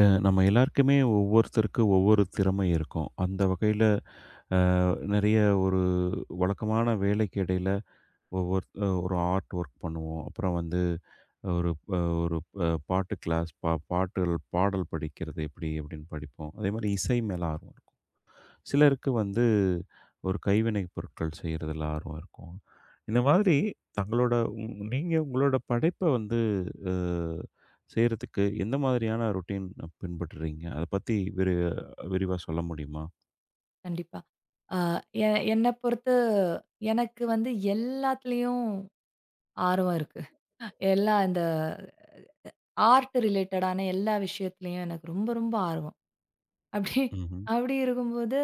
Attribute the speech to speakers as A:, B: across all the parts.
A: நம்ம எல்லாருக்குமே ஒவ்வொருத்தருக்கு ஒவ்வொரு திறமை இருக்கும். அந்த வகையில அ நெறைய ஒரு வழக்கமான வேலைக்கு இடையில ஒவ்வொரு ஒரு ஆர்ட் ஒர்க் பண்ணுவோம். அப்புறம் வந்து ஒரு ஒரு பாட்டு கிளாஸ் பா பாட்டு பாடல் படிக்கிறது எப்படி அப்படின்னு படிப்போம். அதேமாதிரி இசை மேல ஆர்வம் இருக்கும். சிலருக்கு வந்து ஒரு கைவினை பொருட்கள் செய்றதுல ஆர்வம் இருக்கும். இந்த மாதிரி தங்களோட ம் நீங்க உங்களோட படைப்ப வந்து அ செய்றதுக்கு எந்த மாதிரியான ரொட்டீன் பின்பற்றுறீங்க? அத பத்தி விரிவா சொல்ல முடியுமா?
B: கண்டிப்பா. அ எ என்ன பொறுத்து எனக்கு வந்து எல்லாத்துலயும் ஆர்வம் இருக்கு. எல்லா இந்த ஆர்ட் ரிலேட்டடான எல்லா விஷயத்துலயும் எனக்கு ரொம்ப, ரொம்ப ஆர்வம். அப்படி
A: ம்ஹ்ம்.
B: அப்படி இருக்கும்போது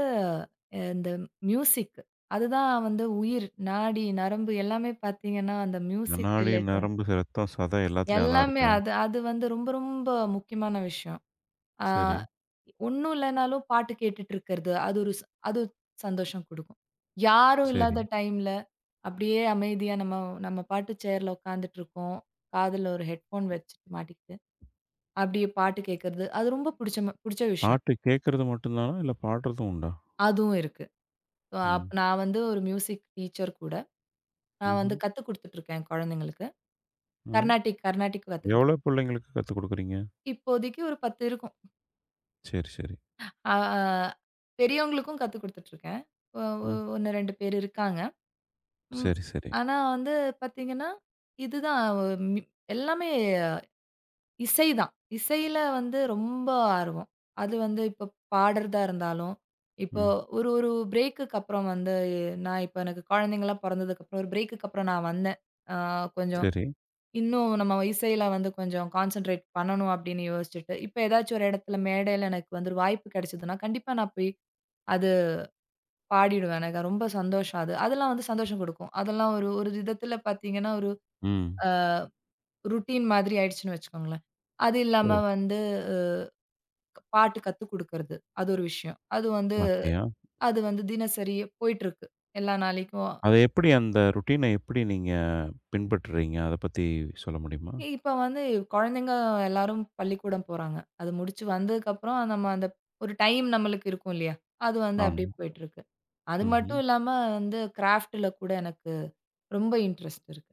B: இந்த மியூசிக் அதுதான் வந்து உயிர், நாடி, நரம்பு எல்லாமே பார்த்தீங்கன்னா, அந்த மியூசிக்
A: நாடி,
B: ரிலேட்டட்
A: நரம்பு, ரத்தம், சதை எல்லாத்துலயும் அதான்
B: எல்லாமே
A: இருக்கா?
B: அது அது வந்து ரொம்ப, ரொம்ப முக்கியமான விஷயம். அ
A: சரி,
B: ஒண்ணும் இல்லனாலும் பாட்டு கேட்டுட்டு இருக்கிறது. அது ஒரு சந்தோஷம் குடுக்கும். யாரும்
A: சரி.
B: இல்லாத டைம்ல அப்படியே அமைதியா நம்ம நம்ம பாட்டு சேர்ல உட்காந்துட்டுருக்கோம். காதுல ஒரு ஹெட்ஃபோன் வச்சுட்டு மாட்டிக்கிட்டு, அப்படியே பாட்டு கேட்கறது. அது ரொம்ப புடிச்ச விஷயம்.
A: பாட்டு கேட்கறது மட்டும் தானா? இல்ல பாடுறதும் உண்டா?
B: அதுவும் இருக்கு. அ
A: ம்.
B: நான் வந்து ஒரு மியூசிக் டீச்சர் கூட. நான்
A: ம்ஹ்ம்.
B: வந்து கத்துக் குடுத்துட்டுருக்கேன் என் குழந்தைங்களுக்கு.
A: ம்.
B: கர்நாடிக் கர்நாடிக் கத்துக் குடுத்து
A: எவ்வளோ பிள்ளைங்களுக்கு கத்துக் குடுக்குறீங்க?
B: இப்போதைக்கு ஒரு 10 இருக்கும்.
A: சரி, சரி.
B: அ அ பெரியவங்களுக்கும் கத்துக் குடுத்துட்டுருக்கேன். ஒ ஒ
A: ம்.
B: 1, 2 பேர் இருக்காங்க. ம்.
A: சரி, சரி.
B: ஆனா வந்து பார்த்தீங்கன்னா, இதுதான் மி எல்லாமே இசை தான். இசையில வந்து ரொம்ப ஆர்வம். அது வந்து இப்ப பாடுறதா இருந்தாலும், இப்போ
A: ம்.
B: ஒரு ஒரு பிரேக்குக்கு அப்புறம் வந்து நான் இப்ப எனக்கு குழந்தைங்கலாம் பொறந்ததுக்கப்புறம் ஒரு பிரேக்குக்கு அப்புறம் நான் வந்தேன். ஆ கொஞ்சம்
A: சரி.
B: இன்னும் நம்ம இசையில வந்து கொஞ்சம் கான்சன்ட்ரேட் பண்ணணும் அப்படின்னு யோசிச்சுட்டு, இப்ப ஏதாச்சும் ஒரு இடத்துல மேடையில எனக்கு வந்து ஒரு வாய்ப்பு கிடைச்சதுன்னா, கண்டிப்பா நான் போய் அது பாடிடுவேன். எனக்கு ரொம்ப சந்தோஷம் அது. அதெல்லாம் வந்து சந்தோஷம் குடுக்கும். அதெல்லாம் ஒரு ஒரு விதத்துல பார்த்தீங்கன்னா, ஒரு
A: ம்.
B: ருட்டீன் மாதிரி ஆயிடுச்சுன்னு வச்சுக்கோங்களேன். அது இல்லாம
A: ஓ!
B: வந்து பாட்டு கத்துக் குடுக்கறது. அது ஒரு விஷயம்.
A: ஓ! அப்படியா?
B: அது வந்து தினசரி போயிட்டுருக்கு. எல்லா நாளைக்கும்.
A: அத எப்படி அந்த ரொட்டீன எப்படி நீங்க பின்பற்றுறீங்க? அத பத்தி சொல்ல முடியுமா?
B: இப்ப வந்து குழந்தைங்க எல்லாரும் பள்ளிக்கூடம் போறாங்க. அது முடிச்சு வந்ததுக்கப்புறம் நம்ம அந்த ஒரு டைம் நம்மளுக்கு இருக்கும் இல்லையா? அது வந்து
A: ஆம்.
B: அப்படியே போயிட்டுருக்கு. அது
A: ம்ஹ்ம்.
B: மட்டும் இல்லாம வந்து கிராஃப்ட்ல கூட எனக்கு ரொம்ப இன்ட்ரெஸ்ட் இருக்கு.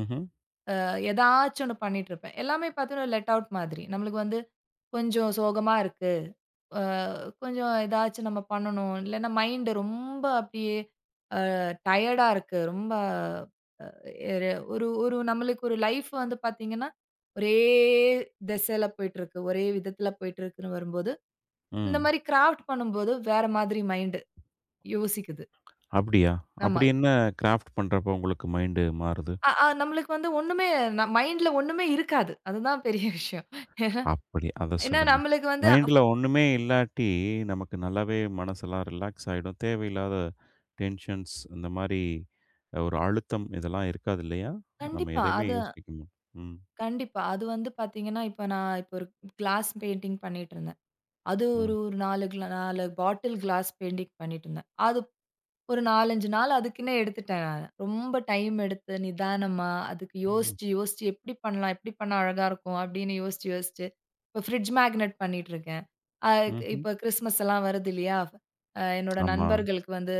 A: ம்ஹ்ம்.
B: ஏதாச்சும் ஒண்ணு பண்ணிட்டு இருப்பேன். எல்லாமே பார்த்தீங்கன்னா லெட் அவுட் மாதிரி. நம்மளுக்கு வந்து கொஞ்சம் சோகமா இருக்கு. அ கொஞ்சம் ஏதாச்சும் நம்ம பண்ணணும். இல்லைன்னா மைண்ட் ரொம்ப அப்படியே டயர்டா இருக்கு. ரொம்ப எரு ஒரு ஒரு நம்மளுக்கு ஒரு லைஃப் வந்து பார்த்தீங்கன்னா, ஒரே திசையில போயிட்டுருக்கு. ஒரே விதத்துல போயிட்டுருக்குன்னு வரும்போது, இந்த
A: ம்.
B: மாரி கிராஃப்ட் பண்ணும்போது வேற மாதிரி மைண்ட் யோசிக்குது.
A: அப்படியா?
B: ஆமா.
A: அப்படி என்ன கிராஃப்ட் பண்றப்போ உங்களுக்கு மைண்டு மாறுது?
B: அ அ நம்மளுக்கு வந்து ஒண்ணுமே ந மைண்ட்ல ஒண்ணுமே இருக்காது. அதுதான் பெரிய விஷயம்.
A: அப்படி, அத
B: ஏன்னா
A: சொல்லுங்க.
B: நம்மளுக்கு வந்து அ-
A: மைண்ட்ல ஒண்ணுமே இல்லாட்டி, நமக்கு நல்லாவே மனசெல்லாம் ரிலாக்ஸ் ஆயிடும். தேவையில்லாத டென்ஷன்ஸ் இந்த மாரி ஒரு அழுத்தம் இதெல்லாம் இருக்காது இல்லையா? நம்ம
B: கண்டிப்பா.
A: எதையுமே
B: அது
A: யோசிக்க மாட்டோம். ம்.
B: கண்டிப்பா. அது வந்து பார்த்தீங்கன்னா, இப்ப நான் ஒரு கிளாஸ் பெயிண்டிங் பண்ணிட்டு இருந்தேன். அது ஒரு
A: ம்.
B: ஒரு 4 பாட்டில் கிளாஸ் பெயிண்டிங் பண்ணிட்டு இருந்தேன். அது ஒரு 4, 5 நாள் அதுக்குன்னே எடுத்துட்டேன் நானு. ரொம்ப டைம் எடுத்து நிதானமா, அதுக்கு
A: ம்.
B: யோசிச்சு, யோசிச்சு எப்படி பண்ணலாம்? எப்படி பண்ணா அழகா இருக்கும்? அப்படின்னு யோசிச்சு, யோசிச்சு இப்ப ஃப்ரிட்ஜ் மேக்னெட் பண்ணிட்டுருக்கேன். அ
A: ம்ஹ்ம்.
B: இப்ப கிறிஸ்மஸ் எல்லாம் வருது இல்லையா? என்னோட
A: ஆமா.
B: நண்பர்களுக்கு வந்து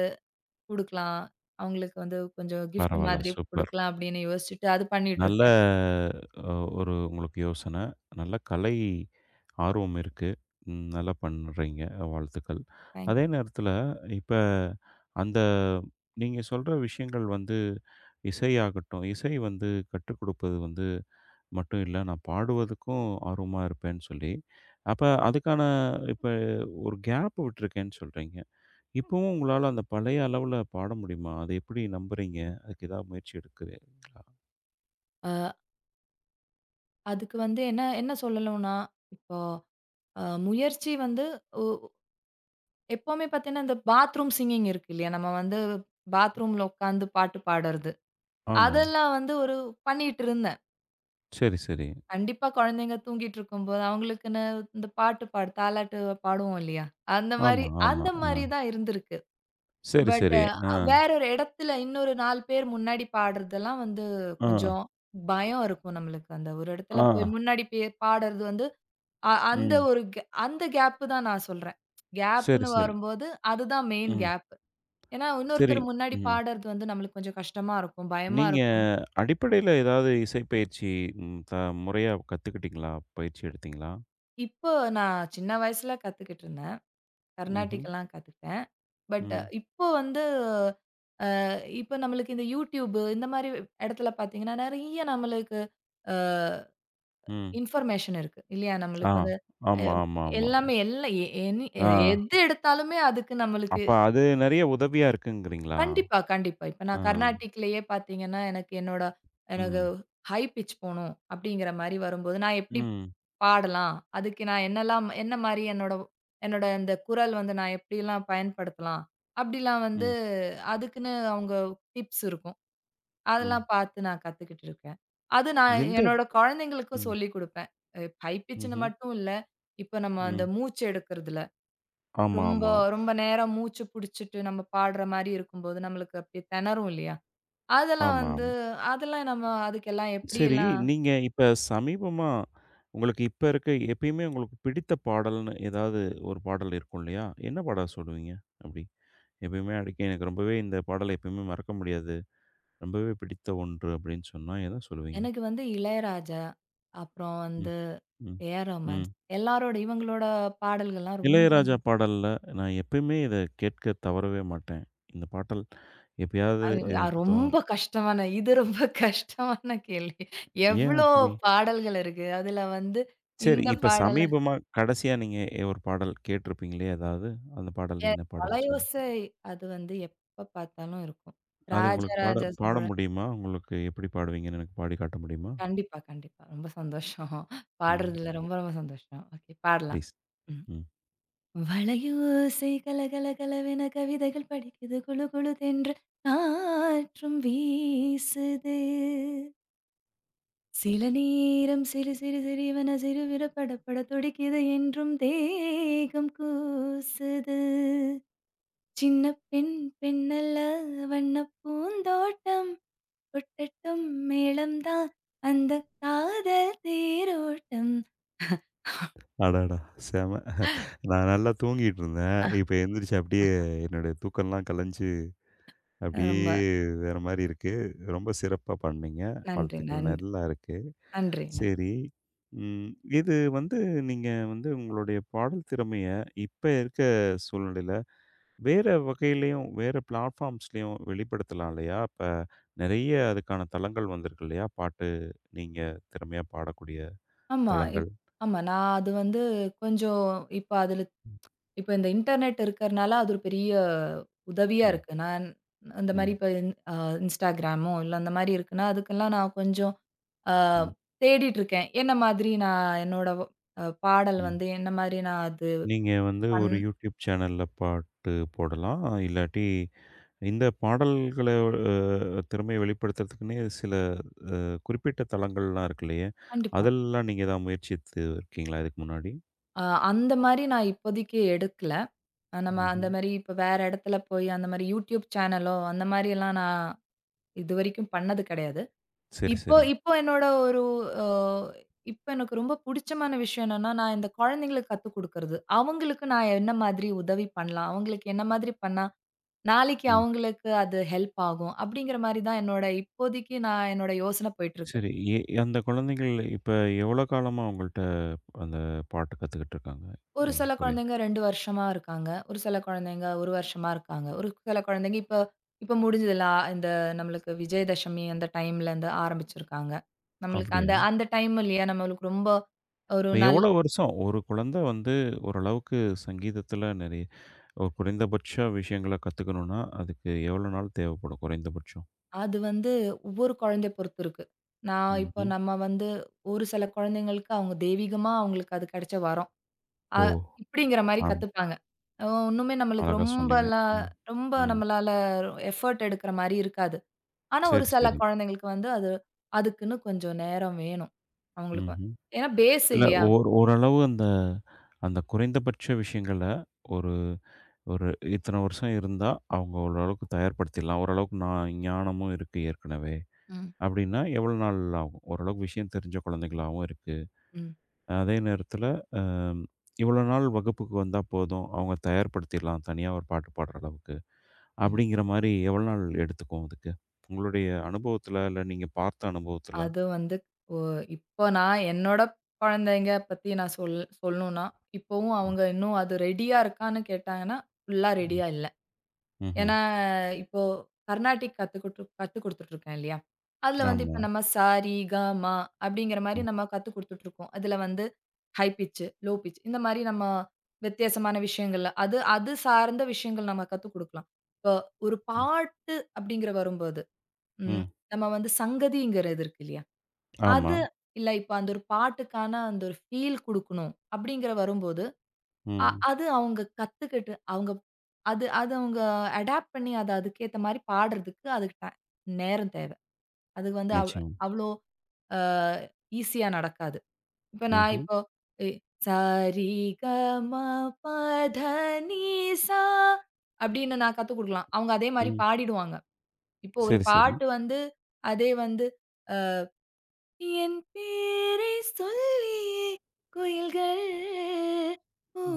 B: குடுக்கலாம். அவங்களுக்கு வந்து கொஞ்சம் கிஃப்ட்
A: பரவால்ல.
B: மாதிரி
A: சூப்பர்.
B: குடுக்கலாம் அப்படின்னு யோசிச்சுட்டு அது
A: நல்ல
B: பண்ணிட்டுருக்கேன்.
A: அ ஒரு உங்களுக்கு யோசனை. நல்ல கலை ஆர்வம் இருக்கு. நல்லா பண்றீங்க. வாழ்த்துக்கள்.
B: தேங்க்
A: அதே நேரத்தில இப்ப அந்த நீங்க சொல்ற விஷயங்கள் வந்து இசையாகட்டும், இசை வந்து கற்றுக் கொடுப்பது வந்து மட்டும் இல்ல, நான் பாடுவதுக்கும் ஆர்வமா இருப்பேன்னு சொல்லி, அப்ப அதுக்கான இப்ப ஒரு கேப் விட்டுருக்கேன்னு சொல்றீங்க. இப்பவும் உங்களால அந்த பழைய அளவுல பாட முடியுமா? அத எப்படி நம்புறீங்க? அதுக்கு ஏதாவது முயற்சி எடுக்குறே
B: அதுக்கு வந்து என்ன என்ன சொல்லணும்னா, இப்போ அ முயற்சி வந்து ஒ எப்பவுமே பார்த்தீங்கன்னா, இந்த பாத்ரூம் சிங்கிங் இருக்கு இல்லையா? நம்ம வந்து பாத்ரூம்ல உட்காந்து பாட்டு பாடுறது.
A: ஆமா.
B: அதெல்லாம் வந்து ஒரு பண்ணிட்டிருந்தேன்.
A: சரி, சரி.
B: கண்டிப்பா குழந்தைங்க தூங்கிட்டுருக்கும்போது, அவங்களுக்குன்னு இந்த பாட்டு பாடு தாலாட்டு பாடுவோம் இல்லையா? அந்த மாரி
A: ஆமா, ஆமா.
B: அந்த
A: ஆ.
B: மாரி தான் இருந்திருக்கு.
A: சரி,
B: பட்
A: சரி. ஆ,
B: வேற ஒரு இடத்துல இன்னொரு 4 பேர் முன்னாடி பாடுறதெல்லாம் வந்து
A: ஆ,
B: கொஞ்சம் பயம் இருக்கும் நம்மளுக்கு. அந்த ஒரு இடத்துல
A: ஆ.
B: போய் முன்னாடி பாடுறது வந்து அ அந்த
A: ம்.
B: ஒரு கே அந்த கேப்பு தான் நான் சொல்றேன்.
A: சரி,
B: கேப்புன்னு
A: சரி.
B: வரும்போது, அதுதான் மெயின்
A: ம்.
B: கேப்பு. ஏன்னா,
A: சரி.
B: இன்னொருத்தர் முன்னாடி
A: ம்.
B: பாடுறது வந்து நம்மளுக்கு கொஞ்சம் கஷ்டமா இருக்கும், பயமா
A: நீங்க
B: இருக்கும்.
A: அடிப்படையில ஏதாவது இசை பயிற்சி ம் த முறையா கத்துக்கிட்டீங்களா? பயிற்சி எடுத்தீங்களா?
B: இப்போ நான் சின்ன வயசுல கத்துக்கிட்டுருந்தேன்.
A: ம்ஹ்ம்.
B: கர்நாடிக்லாம் கத்துக்கிட்டேன். பட்
A: ம்.
B: இப்போ வந்து இப்போ நம்மளுக்கு இந்த YouTube இந்த மாரி இடத்துல பார்த்தீங்கன்னா, நெறைய நம்மளுக்கு அ
A: ம்.
B: இன்ஃபர்மேஷன் இருக்கு. இல்லையா?
A: ஆ.
B: நம்மளுக்கு வந்து அ
A: ஆமா, ஆமா, ஆமா.
B: எல்லாமே எல்லாம் எ எனி
A: ஆ.
B: எது எடுத்தாலுமே அதுக்கு நம்மளுக்கு
A: அப்ப அது நெறைய உதவியா இருக்குங்கிறீங்களா?
B: கண்டிப்பா, கண்டிப்பா. இப்ப
A: ஆ.
B: நான் கர்நாடிக்லயே பார்த்தீங்கன்னா, எனக்கு
A: ம்.
B: ஹை பிட்ச் போணும் அப்படிங்கிற மாரி வரும்போது, நான் எப்படி
A: ம்.
B: பாடலாம்? அதுக்கு நான் என்னலாம் என்ன மாரி என்னோட என்னோட இந்த குரல் வந்து நான் எப்படிலாம் பயன்படுத்தலாம்? அப்படிலாம் வந்து
A: ம்.
B: அதுக்குன்னு அவங்க டிப்ஸ் இருக்கும்.
A: ம்.
B: அதெல்லாம் பார்த்து நான் கத்துக்கிட்டு இருக்கேன். அது நான்
A: எந்த
B: என்னோட குழந்தைங்களுக்கும்
A: ம்.
B: சொல்லிக் குடுப்பேன். ஹை பிட்ச்ன்னு
A: ம்ஹ்ம்.
B: மட்டும் இல்ல. இப்ப நம்ம அந்த
A: ம்.
B: மூச்சு எடுக்கிறதுல
A: ஆமா,
B: ரொம்ப
A: ஆமா.
B: ரொம்ப நேரம் மூச்சு புடிச்சுட்டு நம்ம பாடுற மாரி இருக்கும்போது, நம்மளுக்கு அப்டியே திணறும் இல்லையா? அதெல்லாம்
A: ஆமா.
B: வந்து அதெல்லாம் நம்ம அதுக்கெல்லாம்
A: சரி,
B: எப்படியெல்லாம்
A: நீங்க இப்ப சமீபமா உங்களுக்கு இப்ப இருக்க எப்பயுமே உங்களுக்கு பிடித்த பாடல்னு ஏதாவது ஒரு பாடல் இருக்கும் இல்லையா? என்ன பாடல் சொல்லுவீங்க அப்படி? எப்பயுமே அடிக்க எனக்கு ரொம்பவே இந்த பாடல் எப்பயுமே மறக்க முடியாது. ரொம்பவே பிடித்த ஒன்று அப்படின்னு சொன்னா எத சொல்லுவீங்க?
B: எனக்கு வந்து இளையராஜா, அப்புறம்
A: ம்.
B: வந்து
A: ம்.
B: ஏஆர்
A: ம்.
B: ரஹ்மான், இவங்களோட பாடல்கள்லாம் ரொம்ப
A: இளையராஜா பாடல்ல நான் எப்பயுமே இத கேட்க தவறவே மாட்டேன். இந்த பாடல் எப்பயாவது எனக்கு
B: ரொம்ப கஷ்டமான இது ரொம்ப கஷ்டமான கேள்வி.
A: ஏன்
B: எவ்ளோ
A: அப்படி?
B: பாடல்கள் இருக்கு. அதுல வந்து
A: சரி,
B: இந்த
A: இப்ப
B: பாடல
A: சமீபமா கடைசியா நீங்க ஒரு பாடல் கேட்டிருப்பீங்களே ஏதாவது? அந்த பாடல்
B: எ
A: என்ன பாடல் சொல்லுங்க?
B: "தலையோசை" அது வந்து எப்ப பார்த்தாலும் இருக்கும். ம்.
A: அது உங்களுக்கு பாட
B: ராஜராஜ
A: பாட
B: சோழ
A: முடியுமா? உங்களுக்கு எப்படி பாடுவீங்கன்னு எனக்கு பாடி காட்ட முடியுமா?
B: கண்டிப்பா, கண்டிப்பா. ரொம்ப சந்தோஷம்.
A: ம்.
B: பாடுறதுல ம். ரொம்ப ரொம்ப சந்தோஷம். ஓகே பாடலாம்.
A: ப்ளீஸ்.
B: ம்.
A: ம்.
B: வளையோசை கலகலகலவென கவிதைகள் படிக்குது குளு குளுதென்று காற்றும் வீசுது. சில நேரம் சிறு சிறு சிறுவன சிறுவிர படபட துடிக்குது என்றும் தேகம் கூசுது சின்ன பெண் பெண்ணல்ல வண்ணப் பூந்தோட்டம் கொட்டட்டும் மேளம்தான் அந்த காதல் தேரோட்டம்.
A: அடடா! செம. நான் நல்லா தூங்கிட்டு இருந்தேன்.
B: அஹ்,
A: இப்ப எந்திரிச்சு அப்படியே என்னுடைய தூக்கம்லாம் கலைஞ்சு அப்படியே
B: ரொம்ப
A: வேற மாரி இருக்கு. ரொம்ப சிறப்பா பாடுனீங்க.
B: நன்றி.
A: வாழ்த்துக்கள்
B: நன்றி.
A: நல்லா இருக்கு.
B: நன்றி. நன்றி.
A: சரி. ம். இது வந்து நீங்க வந்து உங்களுடைய பாடல் திறமைய இப்ப இருக்க சூழ்நிலையில வேற வகையிலயும், வேற பிளாட்ஃபார்ம்ஸ்லயும் வெளிப்படுத்தலாம் இல்லையா? இப்ப நெறைய அதுக்கான தளங்கள் வந்திருக்கு இல்லையா? பாட்டு நீங்க திறமையா பாடக்கூடிய
B: ஆமா
A: தளங்கள்.
B: இப்- ஆமா நான் அது வந்து கொஞ்சம் இப்ப அதுல இப்ப இந்த இன்டர்நெட் இருக்கறனால, அது ஒரு பெரிய உதவியா
A: ம்,
B: இருக்கு. நான் அந்த மாரி
A: ம்,
B: இப்ப இன் அ Instagramமோ இல்ல அந்த மாரி இருக்குன்னா, அதுக்கெல்லாம் நான் கொஞ்சம் அ
A: ம்,
B: தேடிட்டு இருக்கேன். என்ன மாதிரி நான் என்னோட பாடல்
A: ம்.
B: வந்து என்ன மாரி நான் அது
A: நீங்க வந்து
B: பண்
A: ஒரு YouTube சேனல்ல பாட்டு போடலாம். இல்லாட்டி இந்த பாடல்கள திறமைய வெளிப்படுத்துறதுக்குன்னே சில அ குறிப்பிட்ட தளங்கள்லாம் இருக்கு இல்லையா?
B: கண்டிப்பா.
A: அதெல்லாம் நீங்க ஏதாவது முயற்சித்து இருக்கீங்களா இதுக்கு முன்னாடி?
B: அ அந்த மாரி நான் இப்போதைக்கு எடுக்கல. நம்ம அந்த
A: ம்ஹ்ம்.
B: மாரி இப்ப வேற இடத்துல போய் அந்த மாரி YouTube சேனலோ அந்த மாரியெல்லாம் நான் இதுவரைக்கும் பண்ணது கிடையாது.
A: சரி,
B: இப்போ
A: சரி.
B: இப்போ என்னோட ஒரு அ இப்ப எனக்கு ரொம்ப புடிச்சமான விஷயம் என்னன்னா, நான் இந்த குழந்தைங்களுக்கு கத்துக் குடுக்குறது. அவங்களுக்கு நான் என்ன மாதிரி உதவி பண்ணலாம்? அவங்களுக்கு என்ன மாதிரி பண்ணா, நாளைக்கு
A: ம்.
B: அவங்களுக்கு அது ஹெல்ப் ஆகும். அப்படிங்கிற மாரி தான் என்னோட இப்போதைக்கு நான் என்னோட யோசனை போயிட்டுருக்கு.
A: சரி. அந்த குழந்தைகள் இப்ப எவ்வளோ காலமா உங்கள்ட்ட அந்த பாட்டு கத்துக்கிட்டு இருக்காங்க?
B: ஒரு
A: ஓ!
B: சில
A: கொரியன்.
B: குழந்தைங்க 2 வருஷமா இருக்காங்க. ஒரு சில குழந்தைங்க 1 வருஷமா இருக்காங்க. ஒரு சில குழந்தைங்க இப்ப இப்ப முடிஞ்சதுல ஆ- இந்த நம்மளுக்கு விஜயதசமி அந்த டைம்ல இருந்து ஆரம்பிச்சிருக்காங்க. நம்மளுக்கு அந்த
A: அப்படியா?
B: அந்த டைம் இல்லையா? நம்மளுக்கு ரொம்ப ஒரு
A: இப்ப
B: நல்
A: எவ்வளோ வருஷம்? ஒரு குழந்தை வந்து ஓரளவுக்கு சங்கீதத்தில நிறைய ஒரு குறைந்தபட்ச விஷயங்கள கத்துக்கணும்னா, அதுக்கு எவ்வளோ நாள் தேவைப்படும் குறைந்தபட்சம்?
B: அது வந்து ஒவ்வொரு குழந்தைய பொறுத்து இருக்கு. நான் இப்போ
A: ம்ஹ்ம்.
B: நம்ம வந்து ஒரு சில குழந்தைங்களுக்கு அவங்க தெய்வீகமா அவங்களுக்கு அது கிடைச்ச வரம். அ
A: ஓ!
B: இப்படிங்கிற மாரி
A: ஆம்.
B: கத்துப்பாங்க. ஒண்ணுமே நம்மளுக்கு
A: அழகா சொன்னீங்க.
B: ரொம்பலாம்
A: ம்.
B: ரொம்ப
A: ம்.
B: நம்மளால எஃபோர்ட் எடுக்கிற மாரி இருக்காது. ஆனா ஒரு
A: சரி,
B: சில
A: சரி.
B: குழந்தைங்களுக்கு வந்து அது அதுக்குன்னு கொஞ்சம் நேரம் வேணும் அவங்களுக்கு.
A: ம்ஹ்ம்.
B: ஏன்னா பேஸ்
A: இல்ல.
B: இல்லையா?
A: ஓரளவு அந்த அந்த குறைந்தபட்ச விஷயங்கள ஒரு ஒரு இத்தனை வருஷம் இருந்தா, அவங்க ஓரளவுக்கு தயார்படுத்திடலாம். ஓரளவுக்கு நான் ஞானமும் இருக்கு ஏற்கனவே.
B: ம்.
A: அப்படின்னா எவ்வளோ நாள் ஆகும்? ஓரளவுக்கு விஷயம் தெரிஞ்ச குழந்தைங்களாவும் இருக்கு.
B: ம்.
A: அதே நேரத்தில அ இவ்வளோ நாள் வகுப்புக்கு வந்தா போதும். அவங்க தயார்படுத்திடலாம். தனியா ஒரு பாட்டு பாடுற அளவுக்கு.
B: ம்
A: அப்படிங்கிற மாரி எவ்வளோ நாள் எடுத்துக்கும் அதுக்கு? உங்களுடைய அனுபவத்தில, இல்ல நீங்க பார்த்த அனுபவத்தில?
B: அது வந்து ஒ இப்போ நான் என்னோட குழந்தைங்க பத்தி நான் சொல்லணும்னா, இப்பவும்
A: ம்.
B: அவங்க இன்னும் அது ரெடியா இருக்கான்னு கேட்டாங்கன்னா, ஃபுல்லா
A: ம்.
B: ரெடியா இல்ல.
A: ம்ஹ்ம்.
B: ஏன்னா, இப்போ கர்நாடிக் கத்து குடுத்துட்டுருக்கேன் இல்லையா? அதுல வந்து
A: ஆமா.
B: இப்ப நம்ம ச, ரி, க, ம அப்படிங்கிற மாரி
A: ம். ஆமாம்
B: நம்ம கத்து குடுத்துட்டுருக்கோம். அதுல வந்து ஹை பிட்ச், லோ பிட்ச் இந்த மாரி நம்ம வித்தியாசமான விஷயங்கள்ல அது அது சார்ந்த விஷயங்கள் நம்ம கத்துக் குடுக்கலாம். இப்போ ஒரு
A: ம்.
B: பாட்டு அப்படிங்கிற வரும்போது, ம்
A: ம்.
B: நம்ம வந்து சங்கதிங்கிறது இருக்கு இல்லையா?
A: ஆமா.
B: அது இல்ல இப்ப அந்த ஒரு பாட்டுக்கான அந்த ஒரு ஃபீல் குடுக்கணும் அப்படிங்கிற வரும்போது,
A: ம்.
B: அது அவங்க கத்துக்கிட்டு அவங்க அடாப்ட் பண்ணி அத அதுக்கேத்த மாரி பாடுறதுக்கு அதுக்கு டை நேரம் தேவ. அது வந்து
A: நிச்சயம்.
B: அவ்ளோ அ ஈஸியா நடக்காது. இப்ப நான்
A: ம்ஹ்ம்.
B: இப்போ எ சா ரி க ம ப த நீ சா அப்படின்னு நான் கத்துக் குடுக்கலாம். அவங்க அதே மாரி
A: ம்.
B: பாடிடுவாங்க. இப்போ ஒரு
A: சரி, சரி.
B: பாட்டு வந்து அதே வந்து என் பேரை சொல்லியே குயில்கள்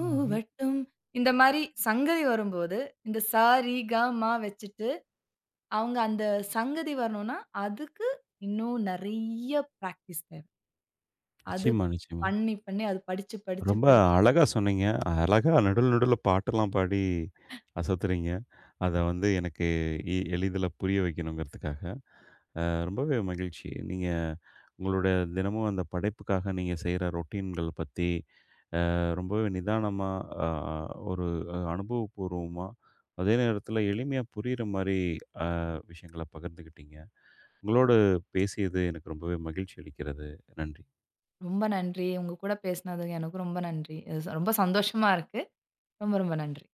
A: ம்ஹ்ம்.
B: இந்த மாரி சங்கதி வரும்போது, இந்த ச, ரி, க, ம வச்சுட்டு, அவங்க அந்த சங்கதி வரணும்னா, அதுக்கு இன்னும் நெறைய பிராக்டிஸ் தேவை. அது
A: நிச்சயமா, நிச்சயமா.
B: பண்ணி, பண்ணி அது படிச்சு, படிச்சு,
A: ரொம்ப
B: படிச்சு
A: அழகா சொன்னீங்க. அழகா நடுவுல நடுவுல பாட்டெல்லாம் பாடி அசத்துறீங்க. அத வந்து எனக்கு எளிதில புரிய வைக்கணுங்கிறதுக்காக. அ ரொம்பவே மகிழ்ச்சி. நீங்க உங்களுடைய தினமும் அந்த படைப்புக்காக நீங்க செய்ற ரொட்டீன்கள் பத்தி ரொம்பவே நிதானமா, அ ஒரு அனுபவப்பூர்வமா, அதே நேரத்தில எளிமையா புரியிற மாரி அ விஷயங்கள பகிர்ந்துக்கிட்டீங்க. உங்களோடு பேசியது எனக்கு ரொம்பவே மகிழ்ச்சி அளிக்கிறது. நன்றி.
B: ரொம்ப நன்றி. உங்க கூட பேசினது எனக்கு ரொம்ப நன்றி. இது ரொம்ப சந்தோஷமா இருக்கு. ரொம்ப, ரொம்ப நன்றி.